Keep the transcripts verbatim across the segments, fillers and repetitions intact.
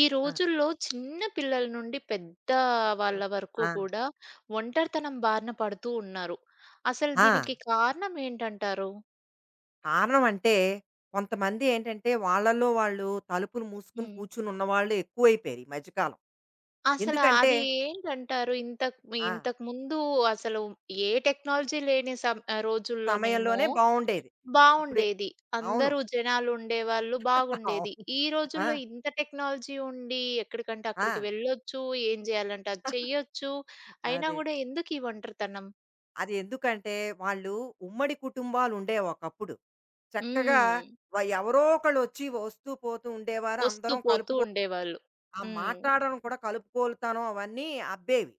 ఈ ఆ! రోజుల్లో చిన్న పిల్లల నుండి పెద్ద ఆ! వాళ్ళ వరకు ఆ! కూడా ఒంటరితనం బారిన పడుతూ ఉన్నారు. అసలు ఆ! దీనికి కారణం ఏంటంటారు? కారణం అంటే కొంతమంది ఏంటంటే వాళ్ళలో వాళ్ళు తలుపులు మూసుకొని హ్మ్. కూర్చుని ఉన్నవాళ్ళు ఎక్కువైపోయారు ఈ మధ్యకాలం. అసల ఎందుకంటే అది ఏంటంటారు? ఇంత ఇంతకు మీ ఆ! ఇంతకుముందు అసలు ఏ టెక్నాలజీ లేని సం ఆహ్, రోజుల్లోనేమో సమయంలోనే బావుండేది. ఇప్పుడు బావుండేది. అవును. అందరూ జనాలు ఉండేవాళ్ళు బాగుండేది. అవును. ఈ ఆ! రోజుల్లో ఇంత టెక్నాలజీ ఉండి ఎక్కడికంటే ఆ! అక్కడికి వెళ్ళొచ్చు, ఏం చేయాలంటే అది చెయ్యొచ్చు. అయినా అదే. గూడా ఎందుకీ ఒంటరితనం? అది ఎందుకంటే వాళ్ళు ఉమ్మడి కుటుంబాలుండేవి ఒకప్పుడు. చక్కగా హ్మ్. వ ఎవరో ఒకళ్ళొచ్చి వస్తూ పోతూ ఉండేవారు. వస్తూ అందరం పోతూ కలుపుకో ఉండేవాళ్ళు. ఆ హ్మ్. మాట్లాడడం కూడా కలుపుకోలుతనం అవన్నీ అబ్బేవి.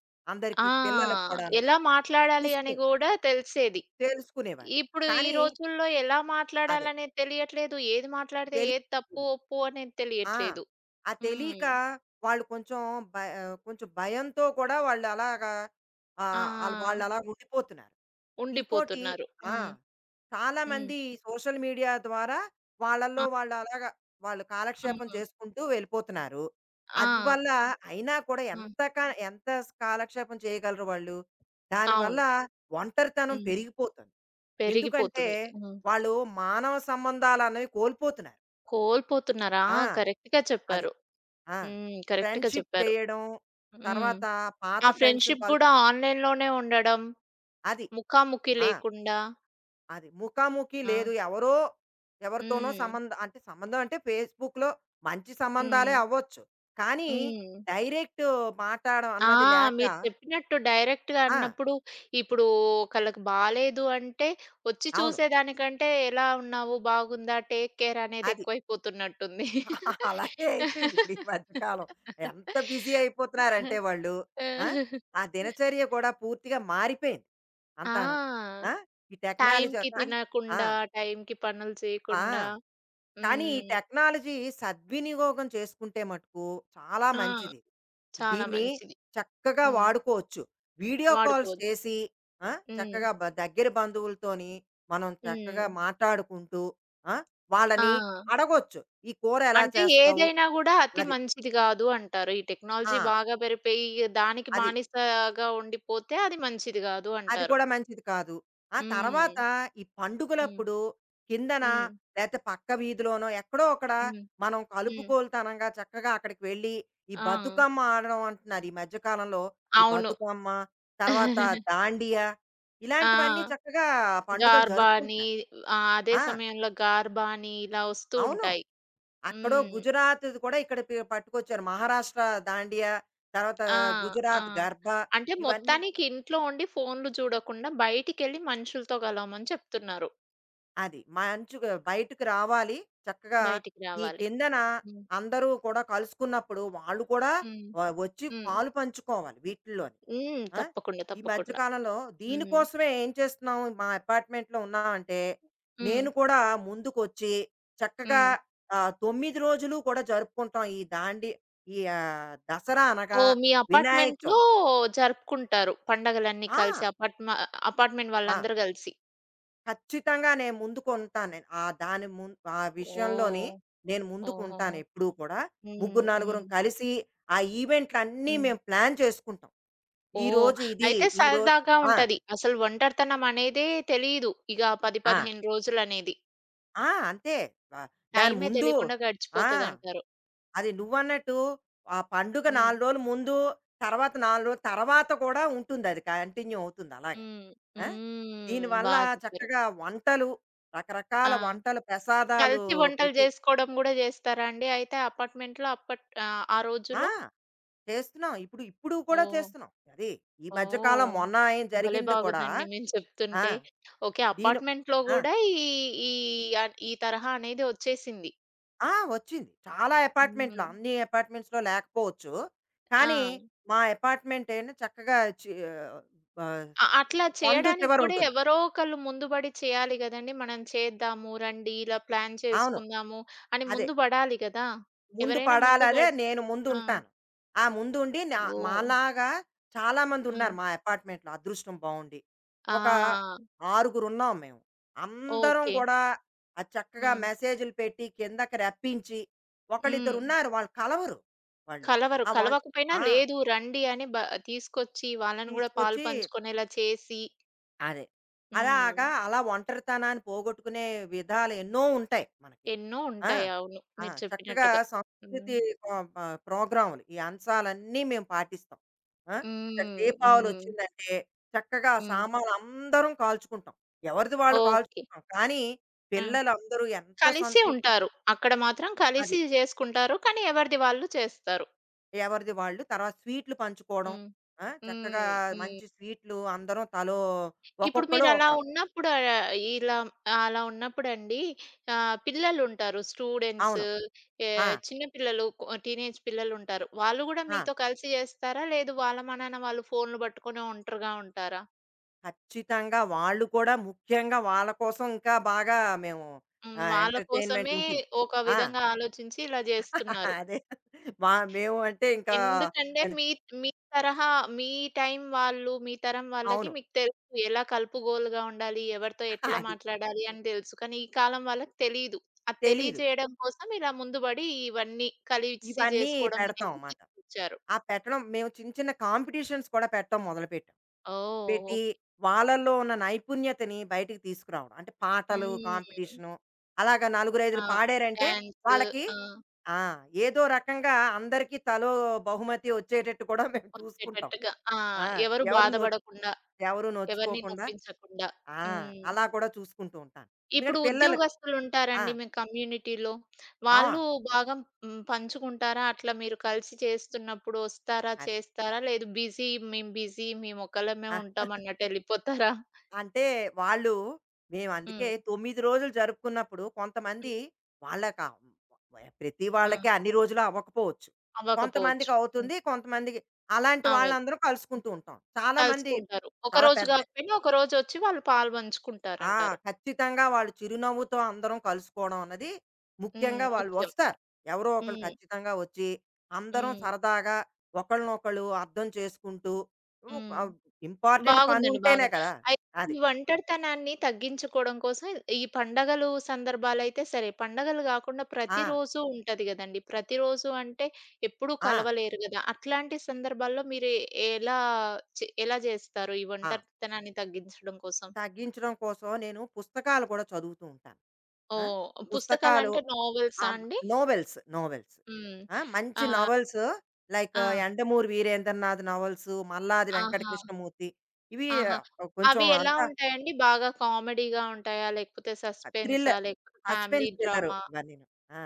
ఆ! అందరికీ పిల్లలకి కూడాను. ఎలా మాట్లాడాలి అని చూసుకునే గూడా తెలిసేది. తెలుసుకునేవారు. ఇప్పుడు ఈ కానీ రోజుల్లో ఎలా అదే మాట్లాడాలనేది తెలియట్లేదు. ఏది మాట్లాడితే ఏది తెలియదు. తప్పు, ఒప్పు అనేది ఆ! తెలియట్లేదు. ఆ హ్మ్. తెలియక వాళ్ళు కొంచెం భ కొంచెం భయంతో కూడా వాళ్ళు అలాగా ఆ! ఆహ్, ఆళ్ళు ఆ! వాళ్ళలా ఉండిపోతున్నారు. ఇంకోటి ఉండిపోతున్నారు. ఆ! హ్మ్. హ్మ్. చాలామంది సోషల్ మీడియా ద్వారా వాళ్ళలో ఆ! వాళ్ళు అలాగా వాళ్ళు కాలక్షేపం హ్మ్. చేసుకుంటూ వెళ్ళిపోతున్నారు. ఆ! అందువల్ల అయినా కూడా హ్మ్. ఎంత క ఎంత కాలక్షేపం చేయగలరు వాళ్ళు? దానివల్ల అవును. ఒంటరితనం హ్మ్. పెరిగిపోతుంది. ఎందుకంటే పెరిగిపోతుంది. హ్మ్. వాళ్ళు మానవ సంబంధాలు అన్నవి కోల్పోతున్నారు. కోల్పోతున్నారా? ఆ! ఆ! కరెక్ట్‌గా అది. చెప్పారు. ఆ! హ్మ్. కరెక్ట్‌గా ఫ్రెండ్‌షిప్ చెప్పారు. చేయడం, హ్మ్. తర్వాత పాత ఆ ఫ్రెండ్స్‌ని ఫ్రెండ్‌షిప్ కలు గూడా ఆన్‌లైన్‌లోనే ఉండడం. అది. ముఖాముఖి ఆ! లేకుండా. అది. ముఖాముఖి ఆ! లేదు. ఎవరో ఎవరితోనో హ్మ్. సంబంధం అంటే సంబంధం అంటే ఫేస్‌బుక్‌లో మంచి సంబంధాలే హ్మ్. అవ్వచ్చు. కానీ హ్మ్. డైరెక్ట్ మాట్లాడడం ఆ! అన్నది లేక మీరు చెప్పినట్టు డైరెక్ట్‌గా ఆ! అన్నప్పుడు, ఇప్పుడు ఒకళ్ళకి బాలేదు అంటే, వచ్చి అవును. చూసేదానికంటే, ఎలా ఉన్నావు, బాగుందా, టేక్ కేర్ అనేది అది. ఎక్కువైపోతున్నట్టుంది. అలాగే అయిపోయింది ఇప్పుడు ఈ మధ్యకాలం. ఎంత బిజీ అయిపోతున్నారంటే వాళ్ళు. ఆ! ఆ దినచర్య కూడా పూర్తిగా మారిపోయింది అంతాను. ఆ! ఆ! ఈ టెక్నాలజీ టైంకి కానీ ఆ! తినకుండా, టైంకి పనులు ఆ! చేయకుండా. కానీ ఈ హ్మ్. టెక్నాలజీ సద్వినియోగం చేసుకుంటే మటుకు చాలా ఆ! మంచిది. చాలా దీన్ని మంచిది. చక్కగా హ్మ్. వాడుకోవచ్చు. వీడియో కాల్స్ వాడుకోవచ్చు. చేసి ఆ! హ్మ్. చక్కగా బ దగ్గర బంధువులతోని మనం హ్మ్. చక్కగా మాట్లాడుకుంటూ ఆ! ఆ! వాళ్ళని అడగొచ్చు. "ఈ కూర ఎలా అంటే చేస్తావు?" ఏదైనా గూడా అతి అది. మంచిది గాదు అంటారు. ఈ ఆ! టెక్నాలజీ బాగా పెరిగిపోయి దానికి అది. బానిసగా ఉండిపోతే అది మంచిది గాదు అది అంటారు. కూడా మంచిది కాదు. ఆ హ్మ్. తర్వాత ఈ హ్మ్. పండుగలప్పుడు కిందన హ్మ్. లేతే పక్క వీధిలోనో ఎక్కడో అక్కడ హ్మ్. మనం హ్మ్. కలుపుకోలుతనంగా చక్కగా అక్కడికి వెళ్ళి ఈ ఆ! బతుకమ్మ ఆడడం అంటున్నారు. ఈ మధ్య కాలంలో ఈ అవును. బతుకమ్మ, తర్వాత దాండియా ఇలాంటివన్నీ ఆ! చక్కగా పండుగలు గార్బా అని జరుపుకుంటున్నారు. ఆ! అదే ఆ! సమయంలో గార్బా అని ఇలా వస్తూ అవును. ఉంటాయి. అక్కడో హ్మ్. గుజరాత్‌ది కూడా ఇక్కడ పి పట్టుకొచ్చారు. మహారాష్ట్ర దాండియా, తర్వాత ఆ! ఆ! గుజరాత్ గర్బా అంటే ఇవన్నీ మొత్తానికి ఇంట్లో ఉండి ఫోన్‌లు చూడకుండా బయటికెళ్ళి మనుషులతో కలవమని చెప్తున్నారు. అది. మంచుగా బయటకు రావాలి. చక్కగా బయటికి ఈ రావాలి. కిందన హ్మ్. అందరూ కూడా కలుసుకున్నప్పుడు వాళ్ళు కూడా హ్మ్. వ వచ్చి హ్మ్. పాలు పంచుకోవాలి వీటిల్లోని. హ్మ్. ఆ! తప్పకుండా. ఈ మధ్య తప్పకుండా. కాలంలో హ్మ్. దీనికోసమే ఏం చేస్తున్నాం మా అపార్ట్మెంట్‌లో ఉన్నామంటే, హ్మ్. నేను కూడా ముందుకొచ్చి చక్కగా హ్మ్. ఆహ్, తొమ్మిది రోజులు కూడా జరుపుకుంటాం. ఈ దాండి ఈ ఆహ్, దసరా అనగా ఓహ్! మీ వినాయక అపార్ట్‌మెంట్‌లో చవితి. జరుపుకుంటారు. పండగలన్నీ ఆ! కలిసి అపార్ట్‌మ అపార్ట్‌మెంట్ ఆ! వాళ్ళందరూ కలిసి. ఖచ్చితంగా నేను ముందుకుంటాను నేను. ఆ దాని ము ఆ విషయంలోని ఓహ్! నేను ముందుకుంటాను ఓహోహో! ఎప్పుడూ కూడా. హ్మ్. ముగ్గురు, నలుగురం హ్మ్. కలిసి ఆ ఈవెంట్‌లన్నీ హ్మ్. మేము ప్లాన్ చేసుకుంటాం. ఓహ్! ఈరోజు ఇది, అయితే ఈరోజు సరదాగా ఆ! ఉంటది. అసలు ఒంటరితనం అనేదే తెలీదు. ఇక పది, ఆ! పదిహేను రోజులనేది. ఆ! అంతే. ఆహ్, దాని టైమే ముందు తెలీకుండా ఆ! గడిచిపోతదంటారు. అది నువ్వన్నట్టు ఆ పండుగ హ్మ్. నాలుగు రోజులు ముందు, తర్వాత నాలుగు రోజుల తర్వాత కూడా ఉంటుందది. కంటిన్యూ అవుతుంది అలాగా. హ్మ్. ఆ! హ్మ్. దీనివల్ల బా చెప్పారు. చక్కగా వంటలు, రకరకాల ఆ! వంటలు, ప్రసాదాలు కలిసి వంటలు పెట్టి జేసుకోవడం గూడా జేస్తారా అండి? అయితే అపార్ట్‌మెంట్‌లో అప్పట్ ఆహ్, ఆ ఆ! రోజుల్లో? చేస్తున్నాం. ఇప్పుడు, ఇప్పుడు కూడా ఓహ్! చేస్తున్నాం. అది ఈ మధ్య కాలం ఓహ్! మొన్న ఏం భలే జరిగింది కూడా బాగుందండి మీరు ఆ! చెప్తుంటే. ఓకే. దీను అపార్ట్‌మెంట్‌లో ఆ! గూడా ఈ ఈ ఆహ్, ఈ తరహా అనేది ఒచ్చేసింది. ఆ! వచ్చింది. చాలా అపార్ట్‌మెంట్‌లో హ్మ్. అన్ని అపార్ట్‌మెంట్స్‌లో లేకపోవచ్చు. కానీ ఆ! మా అపార్ట్‌మెంట్ ఏంటి చక్కగా చి ఆహ్, అ అట్లా సందు చేయడానికి చివర కూడా ఉంటుంది. ఎవరో ఒకళ్ళు ముందుబడి చేయాలి గదండీ! మనం చేద్దాము, రండి ఇలా ప్లాన్ అవును. చేసుకుందాము అని అదే. ముందు బడాలి గదా! ముందు ఎవరైనా ముందు పడాలదే బడ్ నేను ఆ! ముందుంటాను. ఆ ముందుండి నా ఓహ్! మాలాగా హ్మ్. చాలామందున్నారు మా అపార్ట్‌మెంట్‌లో అదృష్టం బావుండి. ఒక ఆ! ఆరుగురున్నాం మేము. అందరం ఓకే. గూడా అది చక్కగా హ్మ్. మెసేజులు పెట్టి, కిందకి రప్పించి, హ్మ్. ఒకళ్ళిద్దరున్నారు వాళ్ళు కలవరు వాళ్ళు. కలవరు. ఆ వం కలవకపోయినా ఆ! లేదు రండి అని బ తీసుకొచ్చి వాళ్ళని గూడా పాలు తీసుకొచ్చి పంచుకునేలా చేసి అదే. హ్మ్. అలాగా అలా ఒంటరితనాన్ని పోగొట్టుకునే విధాలు ఎన్నో ఉంటాయి మనకి. ఎన్నో ఆ! ఉంటాయి. అవును. ఆ! మీరు చక్కగా చెప్పినట్టుగా. హ్మ్. సంస్కృతి ఆహ్, ప ప్రోగ్రాములు ఈ అంశాలన్నీ మేము పాటిస్తాం. ఆ! చక్క హ్మ్. హ్మ్. దీపావళొచ్చిందంటే చక్కగా హ్మ్. సామాన్లందరం కాల్చుకుంటాం. ఎవరిది వాళ్ళు ఓకే. కాల్చుకుంటాం. కానీ ఆ! పిల్లలందరూ ఎంత కలిసి సంతోషం ఉంటారు. అక్కడ మాత్రం అది. కలిసి జేసుకుంటారు. కానీ ఎవరిది వాళ్ళు చేస్తారు. ఎవరిది వాళ్ళు తర్వాత స్వీట్లు పంచుకోవడం. హ్మ్. ఆ! చక్కగా హ్మ్. హ్మ్. మంచి స్వీట్లు అందరం తలో ఇప్పుడు ఒక్కొక్కళ్ళు ఒక మీరలా రకం. ఉన్నప్పుడు ఆహ్, ఇలా అలా ఉన్నప్పుడండి ఆహ్, పిల్లలుంటారు. స్టూడెంట్స్ అవును. ఏ ఆ! చిన్న పిల్లలు కొ టీనేజ్ పిల్లలుంటారు. వాళ్ళు గూడా ఆ! మీతో కలిసి జేస్తారా? లేదు వాళ్ళ మనాన వాళ్ళు ఫోన్‌లు పట్టుకొని ఒంటరిగా ఉంటారా? ఖచ్చితంగా. వాళ్ళు కూడా ముఖ్యంగా వాళ్ళ కోసం ఇంకా బాగా మేము హ్మ్. ఆహ్, వాళ్ళ ఎంటర్‌టైన్‌మెంట్ కోసమే ఉంటుంది. ఒక ఆ! విధంగా ఆలోచించి ఇలా జేస్తున్నారు. అదే. మా మేము అంటే ఇంకా ఎందుకంటే అది మీ మీ తరహా మీ టైం వాళ్ళు, మీ తరం వాళ్ళకి అవును. మీకు తెలుసు. ఎలా కలుపుగోలుగా ఉండాలి, ఎవరితో ఎట్లా అది మాట్లాడాలి అని తెలుసు. కానీ ఈ కాలం వాళ్ళకి తెలీదు. అది తెలీదు. తెలియజేయడం కోసం ఇలా ముందుబడి ఇవన్నీ కలిసి ఇవన్నీ జేసుకోవడం పెడతాం అనేది మాట. తీసుకొచ్చారు. ఆ పెట్టడం మేము చిన్న చిన్న కాంపిటీషన్స్ కూడా పెట్టడం మొదలుపెట్టాం. ఓహ్! పెట్టి ఓకే. వాళ్ళలో ఉన్న నైపుణ్యతని బయటికి తీసుకురావడం. అంటే పాటలు హ్మ్. కాంపిటీషను అలాగా నలుగురైదుగురు ఆ! పాడారంటే డాన్స్ వాళ్ళకి ఆ! ఆ! ఏదో రకంగా అందరికీ తలో బహుమతి వచ్చేటట్టు కూడా మేము చూసుకుంటాం. వచ్చేటట్టుగా. ఆ! ఆ! ఎవరు ఎవరు నొ బాధపడకుండా, ఎవరు ఎవరిని నొచ్చుకోకుండా నొప్పించకుండా. ఆ! హ్మ్. అలా కూడా చూసుకుంటూ ఉంటాను. ఇప్పుడు ఎందుకంటే పిల్లలు ఆ! ఉద్యోగస్తులుంటారండి మీ కమ్యూనిటీలో. ఆ! వాళ్ళు బాగా హ్మ్, పంచుకుంటారా? అట్లా మీరు కలిసి చేస్తున్నప్పుడు ఒస్తారా? అది. చేస్తారా? లేదు బిజీ మేము బిజీ మేమొకళ్ళమే ఆ! ఉంటాం అన్నట్టు ఎళ్ళిపోతారా? అంటే వాళ్ళు మేము అందుకే హ్మ్. తొమ్మిది రోజులు జరుపుకున్నప్పుడు హ్మ్. కొంతమంది వాళ్ళకా ప్రతి ఆ! వాళ్ళకి అన్ని రోజులు అవ్వకపోవచ్చు. అవ్వకపోవచ్చు. కొంతమందికి హ్మ్. అవుతుంది. కొంతమందికి అలాంటి అవ్వదు. వాళ్ళందరూ కలుసుకుంటూ ఉంటాం. చాలా మంది కలుసుకుంటారు. చాలా ఒకరోజు పెద్ద గాకపోయినా ఒకరోజొచ్చి వాళ్ళు పాలు ఆ! పంచుకుంటారంటారు. ఖచ్చితంగా వాళ్ళు చిరునవ్వుతో అందరం కలుసుకోవడం అన్నది హ్మ్. ముఖ్యంగా వాళ్ళు ముఖ్యం. వస్తారు. ఎవరో ఒకళ్ళు హ్మ్. ఖచ్చితంగా వచ్చి, అందరం హ్మ్. సరదాగా ఒకళ్ళనొకళ్ళు అర్థం చేసుకుంటూ ఉ హ్మ్. ఆహ్, ఇంపార్టెంట్ బాగుందండి. పనుంటేనే బాగుంది. కదా! అయితే అది. ఈ ఒంటరితనాన్ని తగ్గించుకోవడం కోసం ఈ పండగలు సందర్భాలైతే సరే, పండగలు గాకుండా ఆ! ప్రతిరోజు ఉంటది గదండీ. ప్రతిరోజు అంటే ఎప్పుడూ ఆ! కలవలేరు గదా! అట్లాంటి సందర్భాల్లో మీరు ఏ- ఎలా చే ఎలా జేస్తారు ఈ ఆ! ఒంటరితనాన్ని తగ్గించడం కోసం? తగ్గించడం కోసం నేను పుస్తకాలు కూడా చదువుతూ ఉంటాను. ఆ! ఓహ్! పుస్తకాలు పుస్తకాలంటే నావెల్సా ఆహ్, అండి? Novels, novels. హ్మ్. ఆ! మంచి ఆ! నోవెల్స్ లైక్ ఆ! 'యండమూరి వీరేంద్రనాథ్' నోవెల్స్, 'మల్లాది వెంకట ఆహా! కృష్ణమూర్తి' ఇవి ఆహా! ఆ, కొంచెం అవి ఎలా అంతా ఉంటాయండి? బాగా కామెడీగా ఉంటాయా? లేకపోతే సస్పెన్సా? థ్రిల్లర్. లేకపోతే ఫ్యామిలీ సస్పెన్స్ థ్రిల్లరు డ్రామా? ఇవన్నీను. ఆ!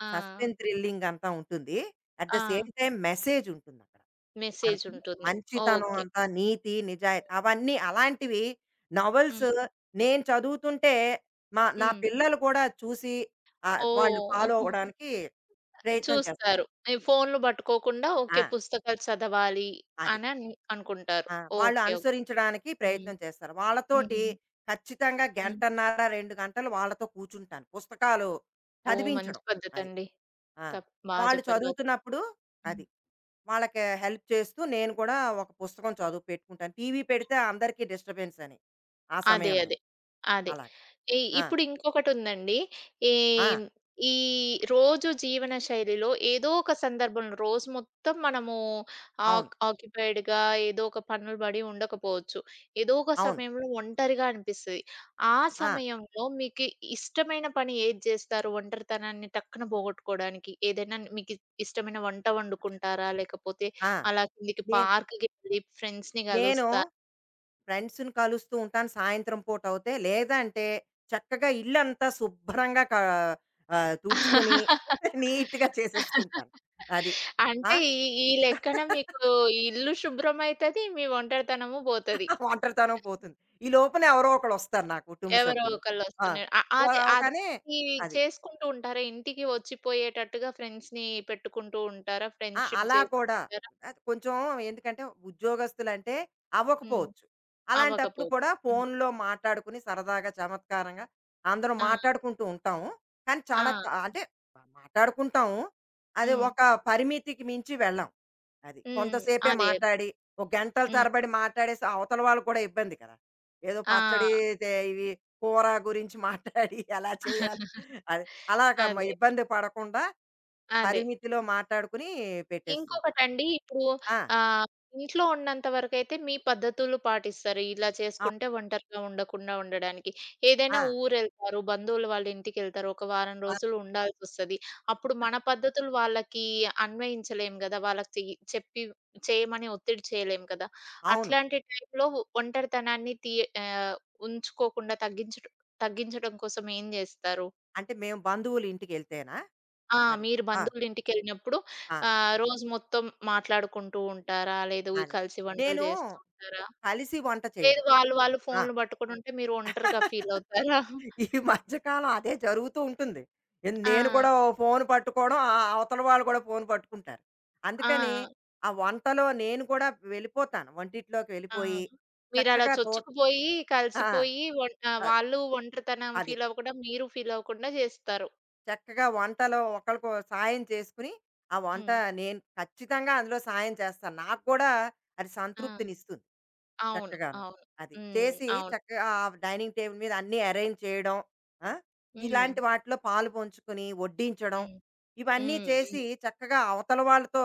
ఆ! సస్పెన్స్ థ్రిల్లింగ్ అంతా ఉంటుంది. అట్ ద ఆ! సేమ్ టైమ్ మెసేజ్ ఉంటుందక్కడ. మెసేజ్ మనకి ఉంటుంది. మంచితనం ఓకే. అంతా, నీతి, నిజాయితీ అవన్నీ అలాంటివి నవెల్స్ హ్మ్. నేను చదువుతుంటే మా నా హ్మ్. పిల్లలు కూడా చూసి ఆహ్, వాళ్ళు ఫాలో ఓహ్! అవ్వడానికి ప్రయత్నం చేస్తారు. చూస్తారు. ఈ ఫోన్‌లు పట్టుకోకుండా ఓకే. ఆ! పుస్తకాలు చదవాలి అది. అని అన్ అనుకుంటారు. ఆ! వాళ్ళు ఓకే. ఓకే. అనుసరించడానికి హ్మ్. ప్రయత్నం చేస్తారు. వాళ్ళతోటి హుహుహు. ఖచ్చితంగా హ్మ్. గంటన్నర, రెండు గంటలు వాళ్ళతో కూర్చుంటాను. పుస్తకాలు ఓహ్! మంచి చదివించడం. అది. పద్ధతండి. ఆ! తప్ బా వాళ్ళు చెప్పారు. బా చదువుతున్నప్పుడు హ్మ్. అది. వాళ్ళకి హెల్ప్ చేస్తూ నేను కూడా ఒక పుస్తకం చదువు పెట్టుకుంటాను. టీవీ పెడితే అందరికీ డిస్టర్బెన్స్ అని. ఆ అదే. అదే. సమయంలోని. అదే. అలాగ. ఈ ఆ! ఇప్పుడు ఇంకొకటుందండి. ఆ! ఏం ఈ ఈ రోజు జీవన శైలిలో ఏదో ఒక సందర్భంలో రోజు మొత్తం మనము అవును. ఆక్ ఆక్యుపైడ్‌గా ఏదో ఒక పనులు పడి ఉండకపోవచ్చు. ఏదో ఒక అవును. సమయంలో ఒంటరిగా అనిపిస్తది. ఆ ఆ! సమయంలో మీకు ఇష్టమైన పని ఏది జేస్తారు? ఒంటరితనాన్ని టక్కున పోగొట్టుకోవడానికి? ఏదైనా మీకు ఇ- ఇష్టమైన వంట వండుకుంటారా? లేకపోతే ఆ! అలా కిందికి నేను పార్క్‌కి వెళ్లి ఫ్రెండ్స్‌ని నేను గలుస్తా ఫ్రెండ్స్‌ని కలుస్తూ ఉంటాను సాయంత్రం పూటవుతే. లేదంటే చక్కగా ఇల్లంతా శుభ్రంగా కా ఆహ్, తుడుచుకుని నీట్‌గా చేసేసుకుంటాను. అది. ఆ! అంటే ఈ ఈ లెక్కన మీకు ఇల్లు శుభ్రమైతది. మీ ఒంటరితనము పోతది. ఒంటరితనం పోతుంది. ఈ లోపున ఎవరో ఒకళ్ళొస్తారు నా కుటుంబ ఎవరో సభ్యులు. ఆ! ఒకళ్ళొస్తున్నారు. అ వా అదే అదే కానీ ఈ అది. చేసుకుంటూ ఉంటారా? ఇంటికి వచ్చిపోయేటట్టుగా ఫ్రెండ్స్‌ని పెట్టుకుంటూ ఉంటారా? ఆ! ఫ్రెండ్‌షిప్ అలా కూడా. చేసుకుంటారా? అది కొంచెం ఎందుకంటే ఉద్యోగస్తులంటే హ్మ్. అవ్వకపోవచ్చు. అలాంటప్పుడు అవ్వకపోతే. కూడా హ్మ్. ఫోనులో మాట్లాడుకుని సరదాగా చమత్కారంగా అందరం ఆ! మాట్లాడుకుంటూ ఉంటాము. కానీ చాలా ఆ! త అంటే మాట్లాడుకుంటాము. అది హ్మ్. ఒక పరిమితికి మించి వెళ్ళం. అది. హ్మ్. కొంతసేపే అదే. అదే. మాట్లాడి, ఒక గంటల హ్మ్. తరబడి మాట్లాడేసి అవతల వాళ్ళు కూడా ఇబ్బంది కదా! ఏదో పచ్చడి ఆ! తే ఇవి కూర గురించి మాట్లాడి ఎలా చేయాలి అది అలాగా మ అదే. ఇబ్బంది పడకుండా అదే. పరిమితిలో మాట్లాడుకుని పెట్టేస్తుంటాం. ఇంకొకటండి ఇప్పుడు ఆ! ఆహ్, ఇంట్లో ఉన్నంత వరకైతే మీ పద్ధతులు పాటిస్తారు. ఇలా అవు చేసుకుంటే ఒంటరిగా ఉండకుండా ఉండడానికి. ఆ! ఏదైనా ఊరెళ్తారు, బంధువులు వాళ్ళ ఇంటికెళ్తారు. ఒక వారం ఆ! రోజులు ఉండాల్సొస్తది. అప్పుడు మన పద్ధతులు వాళ్ళకి అన్వయించలేం గదా! వాళ్ళకి చెయ్ చెప్పి చేయమని ఒత్తిడి చేయలేం కదా! అవును. అట్లాంటి టైంలో ఒంటరితనాన్ని తీ ఆహ్, ఉంచుకోకుండా తగ్గించట తగ్గించడం కోసం ఏం జేస్తారు? అంటే మేము బంధువుల ఇంటికెళ్తేనా ఆ! అది. మీరు ఆ! బంధువులింటికెళ్ళినప్పుడు ఆ! ఆహ్, రోజు మొత్తం మాట్లాడుకుంటూ ఉంటారా? లేదు అదే. కలిసి వంటలు నేను చేస్తూ ఉంటారా? కలిసి వంట లేదు చేయడం. వాళ్ళు వాళ్ళు ఆ! ఫోన్‌లు పట్టుకొని ఉంటే మీరు ఒంటరిగా ఫీల్ అవుతారా? ఈ మధ్య కాలం అదే జరుగుతూ ఉంటుంది. ఎన్ ఆ! నేను కూడా ఓ ఫోను పట్టుకోవడం, ఆ అవతల వాళ్ళు కూడా ఫోను పట్టుకుంటారు. అందుకని ఆ! ఆ వంటలో నేను కూడా వెళ్ళిపోతాను. వంటిట్లోకి ఆ! వెళ్ళిపోయి మీరలా చక్కగా తోట్ చొచ్చుకుపోయి, ఆ! కలిసిపోయి ఒన్ ఆహ్, అ వాళ్ళు ఒంటరితనం అదే. ఫీల్ అవ్వకుండా, మీరు ఫీల్ అవ్వకుండా చేస్తారు. చక్కగా వంటలో ఒకళ్ళకో సాయం చేసుకుని, ఆ వంట హ్మ్. నేను ఖచ్చితంగా అందులో సాయం చేస్తాను. నాకు కూడా అది ఆ! సంతృప్తినిస్తుంది. అవును. చక్కగాను. అవును. అది. హ్మ్. చేసి అవును. చక్కగా ఆ డైనింగ్ టేబుల్ మీద అన్నీ అరేంజ్ చేయడం. ఆ! హ్మ్. ఇలాంటి వాటిలో పాలు పంచుకొని, వడ్డించడం. హ్మ్. ఇవన్నీ హ్మ్. చేసి హ్మ్. చక్కగా అవతల వాళ్ళతో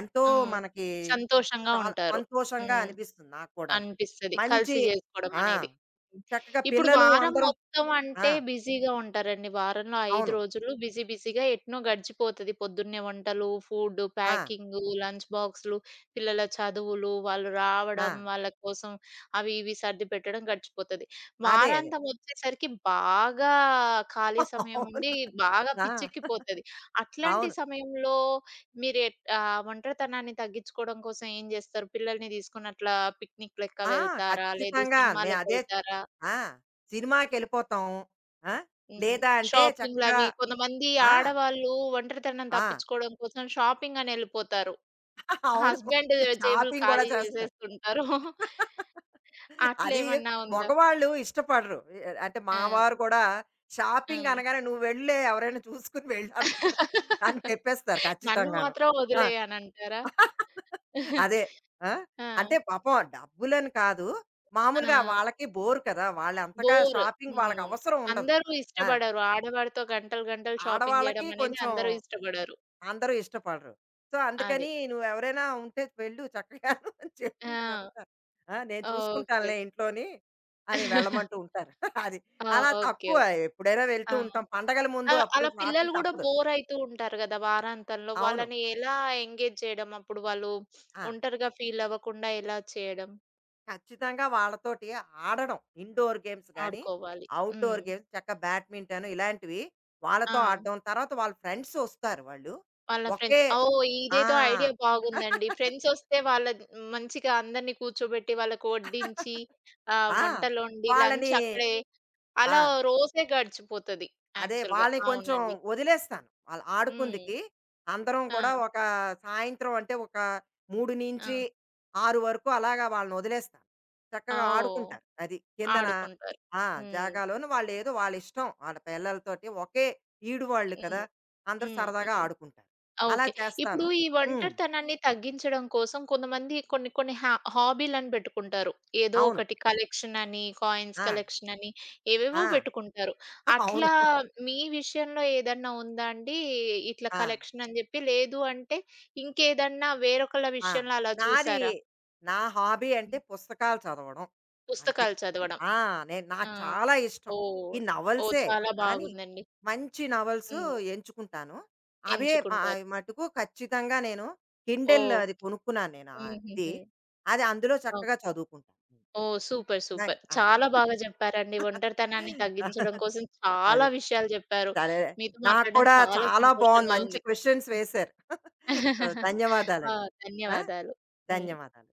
ఎంతో హ్మ్. మనకి సంతోషంగా చాలా ఉంటారు. సంతోషంగా హ్మ్. అనిపిస్తుంది నాకు కూడాను. అనిపిస్తది. మంచి కలిసి జేసుకోవడం ఆ! అనేది. హ్మ్. చక్కగా ఇప్పుడు పిల్లలు వారం అందరూ మొత్తం ఆ! అంటే బిజీగా ఉంటారండి. వారంలో ఐదు అవును. రోజులు బిజీ బిజీగా ఎట్నో గడిచిపోతది. పొద్దున్నే వంటలు, ఫుడ్, ఆ! ప్యాకింగు, లంచ్ బాక్సులు, పిల్లల చదువులు, వాళ్ళు ఆ! రావడం, వాళ్ళ కోసం అవి ఇవి సర్ది పెట్టడం గడిచిపోతది. అదే. అదే. వారాంతం వచ్చేసరికి బాగా ఖాళీ సమయం ఉండి అవును. బాగా ఆ! పిచ్చెక్కిపోతది. అట్లాంటి అవును. సమయంలో మీరు ఎట్ ఆహ్, ఒంటరితనాన్ని తగ్గించుకోవడం కోసం ఏం జేస్తారు? పిల్లల్ని తీసుకొని అట్లా పిక్నిక్ లెక్క ఆ! వెళ్తారా? లేదు ఖచ్చితంగా. మే అదే సినిమాలకెళ్తారా? ఆ! సినిమాకెళ్ళిపోతాం. ఆ! హ్మ్. లేదా అంటే చక్కగా షాపింగ్‌లవి కొంతమంది ఆ! ఆడవాళ్ళు ఒంటరితనం ఆ! తప్పించుకోవడం కోసం షాపింగ్ అని ఎళ్ళిపోతారు. అవును. హస్బెండ్ జేబులు షాపింగ్ గూడా ఖాళీ చేస్తాం. జేసేస్తుంటారు. అది అట్లేమన్నా ఉందా? మగవాళ్ళు ఇష్టపడరు. ఎ అంటే ఆ! మా వారు కూడా షాపింగ్ హ్మ్. అనగానే "నువ్వు వెళ్ళే ఎవరైనా చూసుకొని వెళ్ళు" అంటారు. అని చెప్పేస్తారు నన్ను ఖచ్చితంగాను. మాత్రం ఆ! వదిలేయ్ అనంటారా? అదే. ఆ! ఆ! అంటే పాపం డబ్బులని కాదు. ఆ! మామూలుగా వాళ్ళకి బోర్ కదా! వాళ్ళు అంతగా బోర్. షాపింగ్ వాళ్ళకి హ్మ్. అవసరం ఉండదు. అందరూ ఆ! ఇష్టపడరు. ఆడవారితో గంటలు గంటలు షాపింగ్ ఆడవాళ్ళకి జేయడం అనేది కొంచెం అందరూ ఇష్టపడరు. అందరూ ఇష్టపడరు. సో, అదే. అందుకని "నువ్వెవరైనా ఉంటే వెళ్ళు చక్కగాను" అని చెప్పి ఆ! చెప్తారు. "ఆ! నేను ఓకే. ఓకే. చూసుకుంటానులే ఇంట్లోని" అని వెళ్ళమంటూ ఉంటారు. అది. ఆ! అలా ఓకే. తక్కువ ఓకే. ఎప్పుడైనా వెళ్తూ ఆ! ఉంటాం. పండగల ముందు ఆ! అప్పుడు అలా పిల్లలు షాపింగ్ గూడా తప్పదు. బోర్ అయితూ ఉంటారు గదా! వారాంతంలో. అవును. వాళ్ళని ఎలా ఎంగేజ్ చేయడం? అప్పుడు వాళ్ళు ఆ! ఒంటరిగా ఫీల్ అవ్వకుండా ఎలా చేయడం? ఖచ్చితంగా వాళ్ళతోటి ఆడడం. ఇండోర్ గేమ్స్ గానీ, ఆడుకోవాలి. ఔట్‌డోర్ హ్మ్. గేమ్స్ చక్కగా బ్యాడ్మింటన్ ఇలాంటివి వాళ్ళతో ఆ! ఆడడం. తర్వాత వాళ్ళ ఫ్రెండ్స్ వస్తారు వాళ్ళు. వాళ్ళ ఒకే ఫ్రెండ్స్. ఓహ్! ఆ! ఇదేదో ఐడియా బాగుందండి. ఫ్రెండ్సొస్తే వాళ్ళ మంచిగా అందరిని కూర్చోబెట్టి, వాళ్ళకి వడ్డించి, ఆహ్, ఆ! వంటలొండి, లంచ్ వాళ్ళని అక్కడే అలా ఆ! రోజే గడిచిపోతది అదే యాక్చువల్‌గా. వాళ్ళని కొంచెం అవునండి. వదిలేస్తాను. వాళ్ళు హ్మ్. ఆడుకుందికి. అందరం ఆ! కూడా ఒక సాయంత్రం అంటే ఒక మూడు ఆ! నుంచి ఆరు వరకు అలాగా వాళ్ళని వదిలేస్తాను. చక్కగా ఓహ్! ఆడుకుంటారు. అది కిందన ఆడుకుంటారు. ఆ! హ్మ్. జాగాలోను వాళ్ళేదో వాళ్ళిష్టం. వాళ్ళ ఇష్టం, వాళ్ళ పిల్లలతోటి ఒకే ఈడు వాళ్ళు కదా! హ్మ్. అందరూ హ్మ్. సరదాగా హ్మ్. ఆడుకుంటారు. ఆ! అలా ఓకే. ఇప్పుడు చేస్తాను. ఈ హ్మ్. ఒంటరితనాన్ని తగ్గించడం కోసం కొంతమంది కొన్ని కొన్ని హా హాబీలని పెట్టుకుంటారు. ఏదో అవును. ఒకటి కలెక్షన్ అని, కాయిన్స్ ఆ! కలెక్షన్ అని ఏవేవో ఆ! పెట్టుకుంటారు. అవును. అట్లా మీ విషయంలో ఏదన్నా ఉందా అండి? ఇట్లా ఆ! కలెక్షన్ అని జెప్పి, లేదు అంటే ఇంకేదన్నా వేరొకళ్ళ ఆ! విషయంలో అలా నాది చూసారా? నా హాబీ అంటే హ్మ్. పుస్తకాలు చదవడం. అంతే. పుస్తకాలు చదవడం. ఆ! నేను ఆ! నాకు చాలా ఇష్టం. ఈ ఓహ్! ఓహ్! నవల్సే చాలా కానీ, బాగుందండి. మంచి నవల్స్ హ్మ్. ఎంచుకుంటాను. అవే ఎంచుకుంటారు. ఆహ్, మటుకు ఖచ్చితంగా నేను కిండెల్ ఓహ్! అది కొనుక్కున్నాను నేను ఆహ్, ఇది. హుహుహు. అది అందులో ఓకే. చక్కగా చదువుకుంటాను. ఓహ్! సూపర్. న సూపర్. అదే. చాలా బాగా జెప్పారండి. ఒంటరితనాన్ని తగ్గించడం కోసం చాలా అదే. విషయాలు జెప్పారు. సరే. మీతో నాకు మాట్లాడడం కూడా చాలా చాలా బావుంది. సంతోషంగా మంచి ఉంది. క్వెషన్స్ వేశారు. ఆ! ధన్యవాదాలండి. ఆ! ధన్యవాదాలు. మీ ధన్యవాదాలు.